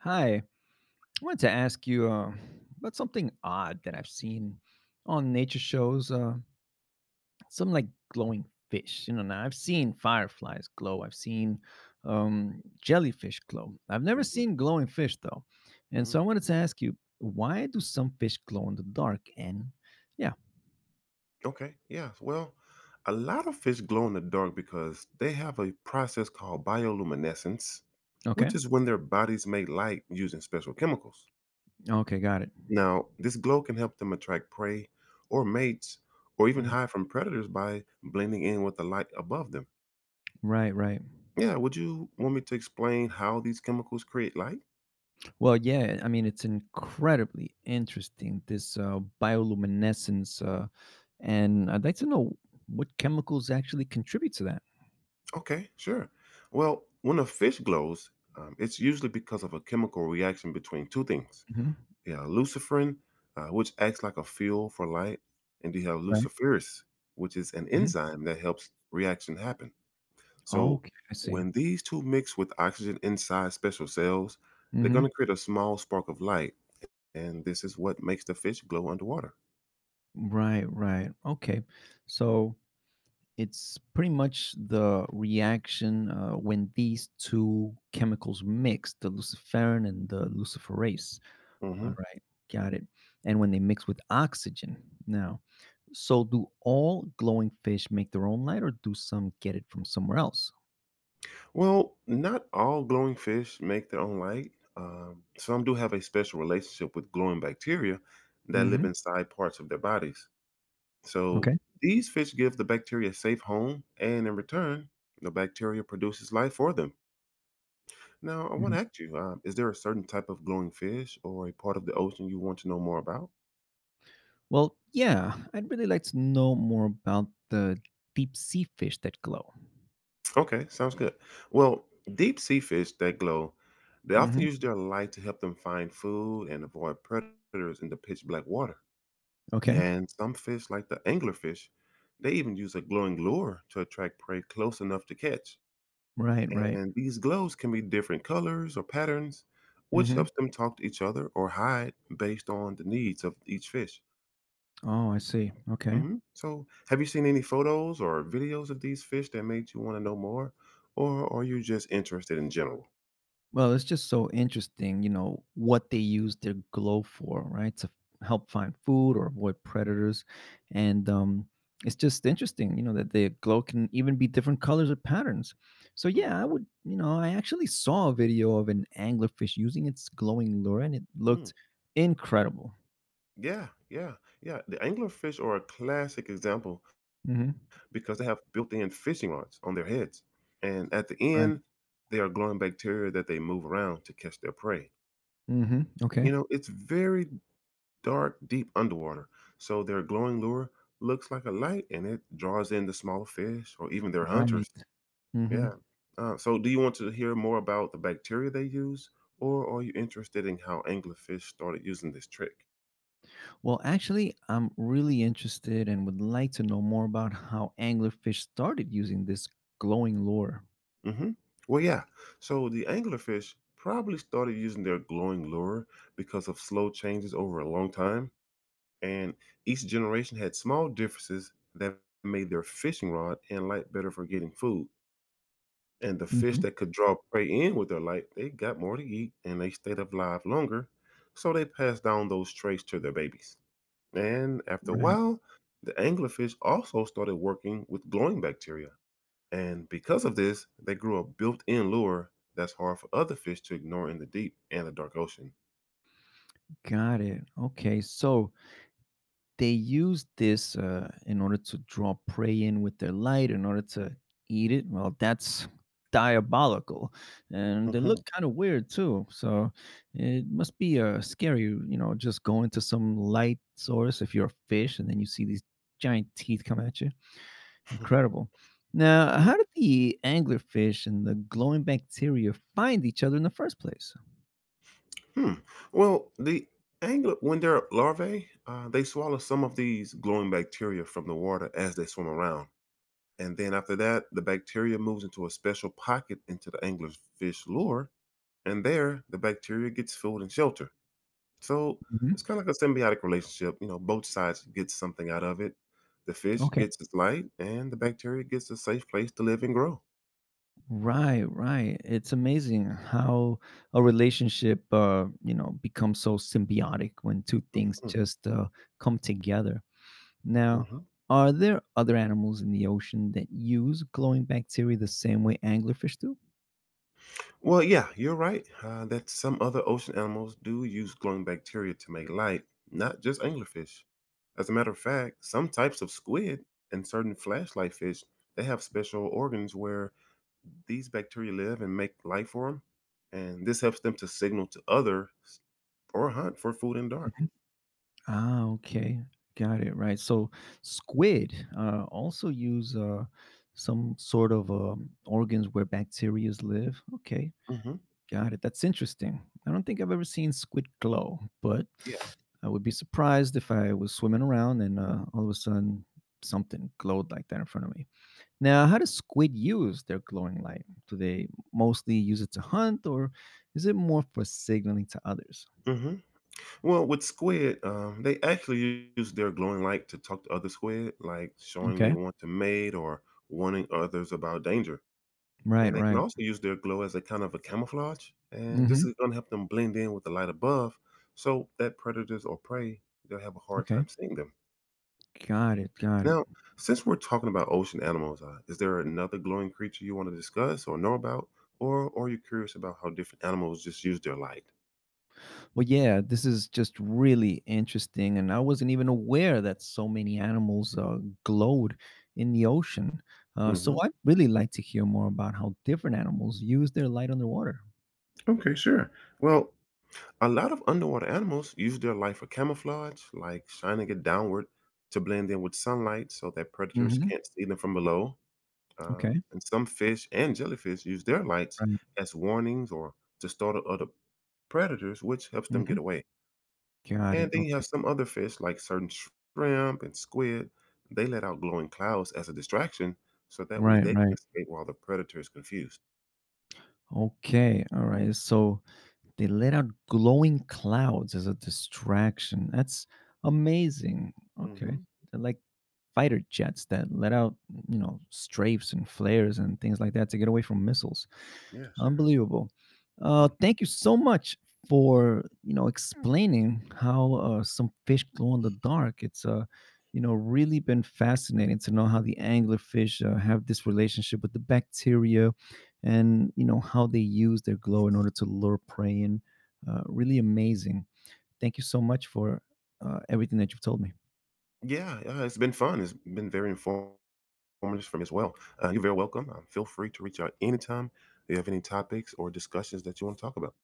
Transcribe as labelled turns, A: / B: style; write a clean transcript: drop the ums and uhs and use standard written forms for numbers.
A: Hi, I wanted to ask you about something odd that I've seen on nature shows. Some like glowing fish. You know, now I've seen fireflies glow. I've seen jellyfish glow. I've never
B: Mhm.
A: seen glowing fish though, and so
B: Mm.
A: I wanted to ask you, why do some fish glow in the dark? And yeah,
B: Okay, yeah, well, a lot of fish glow in the dark because they have a process called bioluminescence,
A: okay,
B: which is when their bodies make light using special chemicals.
A: okay, got it.
B: Now, this glow can help them attract prey or mates or even
A: Mm.
B: hide from predators by blending in with the light above them.
A: Right, right.
B: Yeah, would you want me to explain how these chemicals create light?
A: Well, yeah, I mean, it's incredibly interesting, this bioluminescence. And I'd like to know what chemicals actually contribute to that.
B: Okay, sure. Well, when a fish glows, it's usually because of a chemical reaction between two things.
A: Hmm.
B: Yeah, luciferin, which acts like a fuel for light, and you have
A: Right.
B: luciferase, which is an
A: Hmm.
B: enzyme that helps reaction happen. So
A: Okay, I see.
B: when these two mix with oxygen inside special cells, they're going to
A: Hmm.
B: create a small spark of light, and this is what makes the fish glow underwater.
A: Right, right. Okay. So it's pretty much the reaction, when these two chemicals mix, the luciferin and the luciferase. All
B: Hmm.
A: right, got it. And when they mix with oxygen. Now, so do all glowing fish make their own light or do some get it from somewhere else?
B: Well, not all glowing fish make their own light. Some do have a special relationship with glowing bacteria that live
A: Mhm.
B: inside parts of their bodies. So
A: Okay.
B: these fish give the bacteria a safe home, and in return, the bacteria produces life for them. Now, I want
A: Right.
B: to ask you: is there a certain type of glowing fish or a part of the ocean you want to know more about?
A: Well, yeah, I'd really like to know more about the deep sea fish that glow.
B: Okay, sounds good. Well, deep sea fish that glow, they often
A: Mhm.
B: use their light to help them find food and avoid predators in the pitch black water.
A: Okay.
B: And some fish, like the anglerfish, they even use a glowing lure to attract prey close enough to catch.
A: Right, right.
B: And these glows can be different colors or patterns, which
A: Mhm.
B: helps them talk to each other or hide based on the needs of each fish.
A: Oh, I see. Okay.
B: Hmm. So, have you seen any photos or videos of these fish that made you want to know more, or are you just interested in general?
A: Well, it's just so interesting, what they use their glow for, right? To help find food or avoid predators. And it's just interesting, that the glow can even be different colors or patterns. So,
B: Mm-hmm.
A: yeah, I would, I actually saw a video of an anglerfish using its glowing lure and it
B: Mm.
A: looked incredible.
B: Yeah, yeah, yeah. The anglerfish are a classic example
A: Hmm.
B: because they have built-in fishing rods on their heads, and at the
A: Right.
B: end, they are glowing bacteria that they move around to catch their prey.
A: Hmm. Okay.
B: You know, it's very dark, deep underwater, so their glowing lure looks like a light, and it draws in the smaller fish or even their
A: Right.
B: hunters.
A: Hmm.
B: Yeah. So, do you want to hear more about the bacteria they use, or are you interested in how anglerfish started using this trick?
A: Well, actually, I'm really interested and would like to know more about how anglerfish started using this glowing lure.
B: Hmm. Well, yeah. So the anglerfish probably started using their glowing lure because of slow changes over a long time, and each generation had small differences that made their fishing rod and light better for getting food. And the fish
A: Hmm.
B: that could draw prey in with their light, they got more to eat and they stayed alive longer. So they passed down those traits to their babies. And after a
A: Right.
B: while, the anglerfish also started working with glowing bacteria and because of this, they grew a built in lure that's hard for other fish to ignore in the deep and the dark ocean.
A: Got it. Okay. So they use this, in order to draw prey in with their light, in order to eat it. Well, that's diabolical. And they look
B: Hmm.
A: kind of weird too. So it must be scary, you know, just going to some light source if you're a fish and then you see these giant teeth come at you. Incredible. Now,
B: Mm.
A: how did the anglerfish and the glowing bacteria find each other in the first place?
B: Hmm. Well, the angler, when they're larvae, they swallow some of these glowing bacteria from the water as they swim around. And then after that, the bacteria moves into a special pocket into the angler's fish lure. And there, the bacteria gets food and shelter. So
A: Hmm.
B: it's kind of like a symbiotic relationship. You know, both sides get something out of it. The fish
A: Okay.
B: gets its light, and the bacteria gets a safe place to live and grow.
A: Right, right. It's amazing how a relationship, you know, becomes so symbiotic when two things
B: Mhm,
A: just come together. Now,
B: mhm.
A: are there other animals in the ocean that use glowing bacteria the same way anglerfish do?
B: Well, yeah, you're right that some other ocean animals do use glowing bacteria to make light, not just anglerfish. As a matter of fact, some types of squid and certain flashlight fish they have special organs where these bacteria live and make light for them, and this helps them to signal to others or hunt for food in dark.
A: Mm-hmm. Ah, okay. Got it. Right. So squid also use, some sort of organs where bacteria live. Okay. Got it. That's interesting. I don't think I've ever seen squid glow, but
B: Yeah.
A: I would be surprised if I was swimming around and all of a sudden something glowed like that in front of me. Now, how do squid use their glowing light? Do they mostly use it to hunt or is it more for signaling to others?
B: Hmm. Well, with squid, they actually use their glowing light to talk to other squid, like showing they
A: Okay.
B: want to mate or warning others about danger.
A: Right,
B: And they can
A: right.
B: also use their glow as a kind of a camouflage. And this
A: Hmm.
B: is going to help them blend in with the light above so that predators or prey, they'll have a hard
A: Okay.
B: time seeing them.
A: Got it, got it.
B: Now, since we're talking about ocean animals, is there another glowing creature you want to discuss or know about? Or are you curious about how different animals just use their light?
A: Well, yeah, this is just really interesting, and I wasn't even aware that so many animals glowed in the ocean.
B: Hmm.
A: So I'd really like to hear more about how different animals use their light underwater.
B: Okay, sure. Well, a lot of underwater animals use their light for camouflage, like shining it downward to blend in with sunlight so that predators
A: Mm-hmm.
B: can't see them from below.
A: Okay,
B: And some fish and jellyfish use their lights
A: right.
B: as warnings or to startle other predators, which helps them
A: Mm-hmm.
B: get away.
A: Got
B: And
A: it.
B: then you have
A: Okay,
B: some other fish, like certain shrimp and squid, they let out glowing clouds as a distraction, so that way
A: right,
B: they can
A: right.
B: escape while the predator is confused.
A: Okay, all right. So they let out glowing clouds as a distraction. That's amazing. Okay.
B: Hmm.
A: They're like fighter jets that let out, you know, strafes and flares and things like that to get away from missiles.
B: Yeah, sure.
A: Unbelievable.
B: Mm.
A: Thank you so much for explaining how some fish glow in the dark. It's uh, really been fascinating to know how the anglerfish have this relationship with the bacteria, and you know how they use their glow in order to lure prey in. Really amazing. Thank you so much for everything that you've told me.
B: Yeah, yeah, it's been fun. It's been very informative. Informative for me as well. You're very welcome. Feel free to reach out anytime if you have any topics or discussions that you want to talk about.